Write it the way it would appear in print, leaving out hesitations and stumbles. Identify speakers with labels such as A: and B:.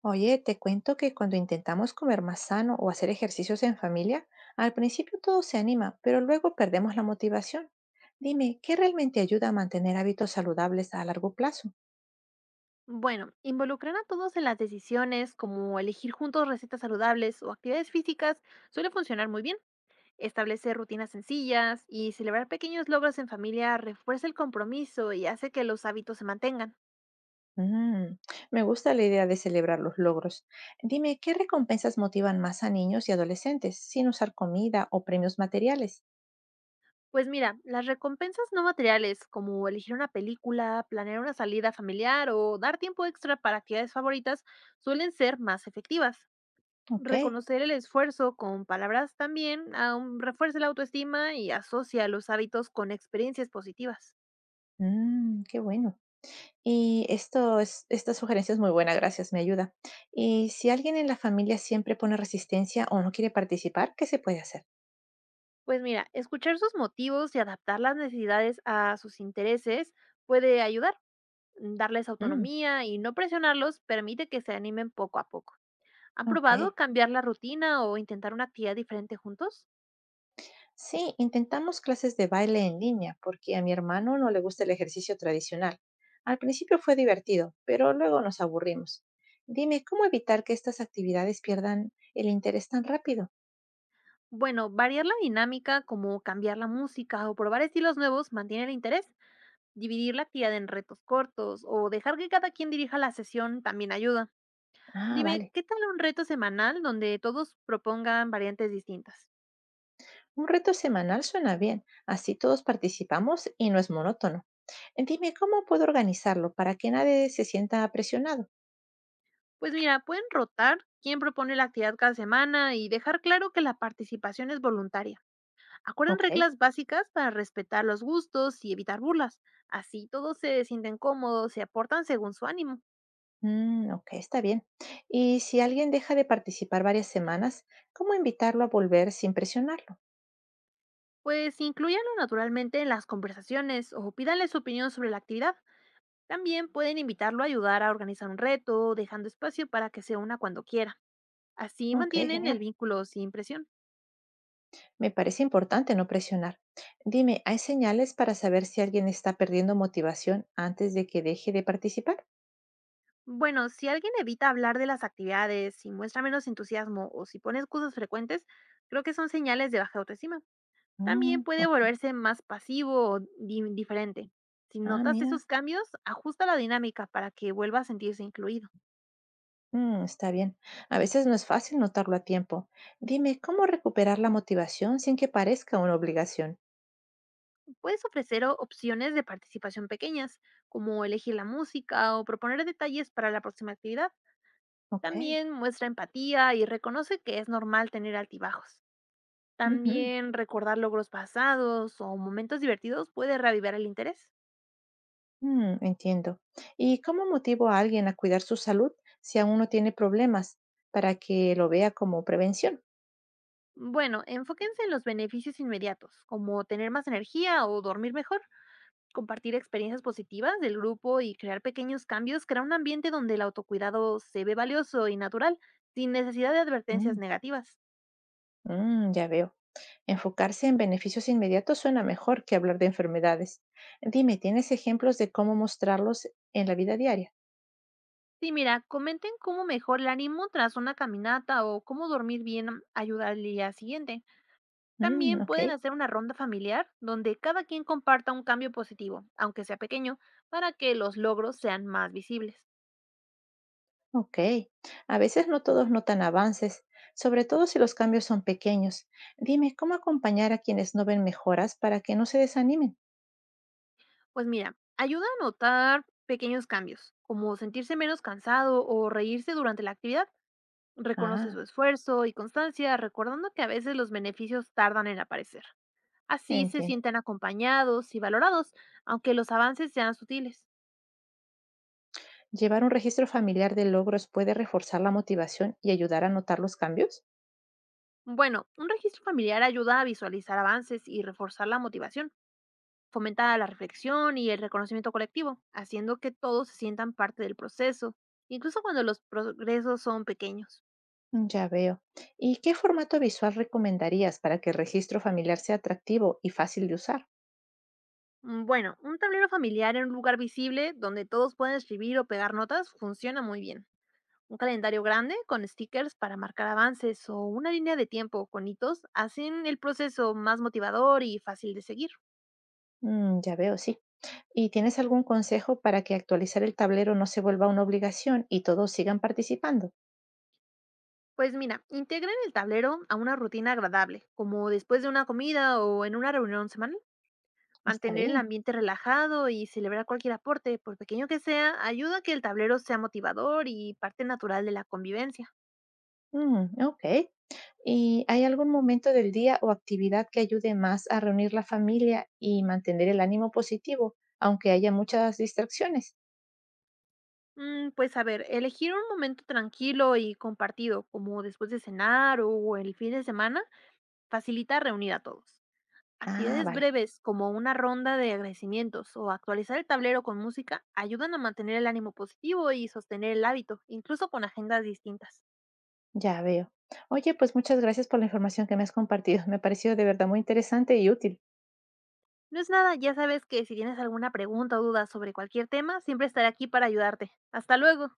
A: Oye, te cuento que cuando intentamos comer más sano o hacer ejercicios en familia, al principio todo se anima, pero luego perdemos la motivación. Dime, ¿qué realmente ayuda a mantener hábitos saludables a largo plazo?
B: Bueno, involucrar a todos en las decisiones, como elegir juntos recetas saludables o actividades físicas, suele funcionar muy bien. Establecer rutinas sencillas y celebrar pequeños logros en familia refuerza el compromiso y hace que los hábitos se mantengan.
A: Mm, me gusta la idea de celebrar los logros. Dime, ¿qué recompensas motivan más a niños y adolescentes sin usar comida o premios materiales?
B: Pues mira, las recompensas no materiales, como elegir una película, planear una salida familiar o dar tiempo extra para actividades favoritas, suelen ser más efectivas.
A: Ok,
B: Reconocer el esfuerzo con palabras también aún refuerza la autoestima y asocia los hábitos con experiencias positivas.
A: mm, qué bueno. Esta sugerencia es muy buena, gracias, me ayuda. Y si alguien en la familia siempre pone resistencia o no quiere participar, ¿qué se puede hacer?
B: Pues mira, escuchar sus motivos y adaptar las necesidades a sus intereses puede ayudar. Darles
A: Mm,
B: autonomía y no presionarlos permite que se animen poco a poco. ¿Han
A: ok.
B: probado cambiar la rutina o intentar una actividad diferente juntos?
A: Sí, intentamos clases de baile en línea porque a mi hermano no le gusta el ejercicio tradicional. Al principio fue divertido, pero luego nos aburrimos. Dime, ¿cómo evitar que estas actividades pierdan el interés tan rápido?
B: Bueno, variar la dinámica como cambiar la música o probar estilos nuevos mantiene el interés. Dividir la actividad en retos cortos o dejar que cada quien dirija la sesión también ayuda.
A: Ah,
B: Dime,
A: vale.
B: ¿qué tal un reto semanal donde todos propongan variantes distintas?
A: Un reto semanal suena bien, así todos participamos y no es monótono. Dime, ¿cómo puedo organizarlo para que nadie se sienta presionado?
B: Pues mira, pueden rotar quién propone la actividad cada semana y dejar claro que la participación es voluntaria. Acuerden
A: Ok,
B: reglas básicas para respetar los gustos y evitar burlas. Así todos se sienten cómodos y aportan según su ánimo.
A: mm, ok, está bien. Y si alguien deja de participar varias semanas, ¿cómo invitarlo a volver sin presionarlo?
B: Pues incluyanlo naturalmente en las conversaciones o pídanle su opinión sobre la actividad. También pueden invitarlo a ayudar a organizar un reto, dejando espacio para que se una cuando quiera. Así
A: Ok,
B: mantienen el
A: genial.
B: vínculo sin presión.
A: Me parece importante no presionar. Dime, ¿hay señales para saber si alguien está perdiendo motivación antes de que deje de participar?
B: Bueno, si alguien evita hablar de las actividades, si muestra menos entusiasmo o si pone excusas frecuentes, creo que son señales de baja autoestima. También
A: Mm,
B: puede
A: ok.
B: volverse más pasivo o indiferente. Si
A: Ah,
B: notas
A: mira.
B: esos cambios, ajusta la dinámica para que vuelva a sentirse incluido.
A: Mm, está bien. A veces no es fácil notarlo a tiempo. Dime, ¿cómo recuperar la motivación sin que parezca una obligación?
B: Puedes ofrecer opciones de participación pequeñas, como elegir la música o proponer detalles para la próxima actividad.
A: Ok.
B: También muestra empatía y reconoce que es normal tener altibajos.
A: Ujú.
B: También recordar logros pasados o momentos divertidos puede reavivar el interés.
A: Mm, entiendo. ¿Y cómo motivo a alguien a cuidar su salud si aún no tiene problemas para que lo vea como prevención?
B: Bueno, enfóquense en los beneficios inmediatos, como tener más energía o dormir mejor. Compartir experiencias positivas del grupo y crear pequeños cambios crea un ambiente donde el autocuidado se ve valioso y natural, sin necesidad de advertencias
A: Mm,
B: negativas.
A: mm, ya veo. Enfocarse en beneficios inmediatos suena mejor que hablar de enfermedades. Dime, ¿tienes ejemplos de cómo mostrarlos en la vida diaria?
B: Sí, mira, comenten cómo mejor el ánimo tras una caminata o cómo dormir bien ayuda al día siguiente.
A: Mm,
B: También
A: ok,
B: pueden hacer una ronda familiar donde cada quien comparta un cambio positivo, aunque sea pequeño, para que los logros sean más visibles.
A: ok. A veces no todos notan avances, sobre todo si los cambios son pequeños. Dime, ¿cómo acompañar a quienes no ven mejoras para que no se desanimen?
B: Pues mira, ayuda a notar pequeños cambios, como sentirse menos cansado o reírse durante la actividad. Reconoce
A: Ah,
B: su esfuerzo y constancia, recordando que a veces los beneficios tardan en aparecer. Así se
A: entiendo.
B: sienten acompañados y valorados, aunque los avances sean sutiles.
A: ¿Llevar un registro familiar de logros puede reforzar la motivación y ayudar a notar los cambios?
B: Bueno, un registro familiar ayuda a visualizar avances y reforzar la motivación. Fomenta la reflexión y el reconocimiento colectivo, haciendo que todos se sientan parte del proceso, incluso cuando los progresos son pequeños.
A: Mm, ya veo. ¿Y qué formato visual recomendarías para que el registro familiar sea atractivo y fácil de usar?
B: Bueno, un tablero familiar en un lugar visible donde todos pueden escribir o pegar notas funciona muy bien. Un calendario grande con stickers para marcar avances o una línea de tiempo con hitos hacen el proceso más motivador y fácil de seguir.
A: Mm, ya veo, sí. ¿Y tienes algún consejo para que actualizar el tablero no se vuelva una obligación y todos sigan participando?
B: Pues mira, integren el tablero a una rutina agradable, como después de una comida o en una reunión semanal.
A: Está
B: Mantener el
A: bien.
B: ambiente relajado y celebrar cualquier aporte, por pequeño que sea, ayuda a que el tablero sea motivador y parte natural de la convivencia.
A: Mm, ok. ¿Y hay algún momento del día o actividad que ayude más a reunir la familia y mantener el ánimo positivo, aunque haya muchas distracciones?
B: Pues a ver, elegir un momento tranquilo y compartido, como después de cenar o el fin de semana, facilita reunir a todos.
A: Ah,
B: Actividades
A: vale.
B: breves como una ronda de agradecimientos o actualizar el tablero con música ayudan a mantener el ánimo positivo y sostener el hábito, incluso con agendas distintas.
A: Ya veo. Oye, pues muchas gracias por la información que me has compartido. Me ha parecido de verdad muy interesante y útil.
B: No es nada, ya sabes que si tienes alguna pregunta o duda sobre cualquier tema, siempre estaré aquí para ayudarte. Hasta luego.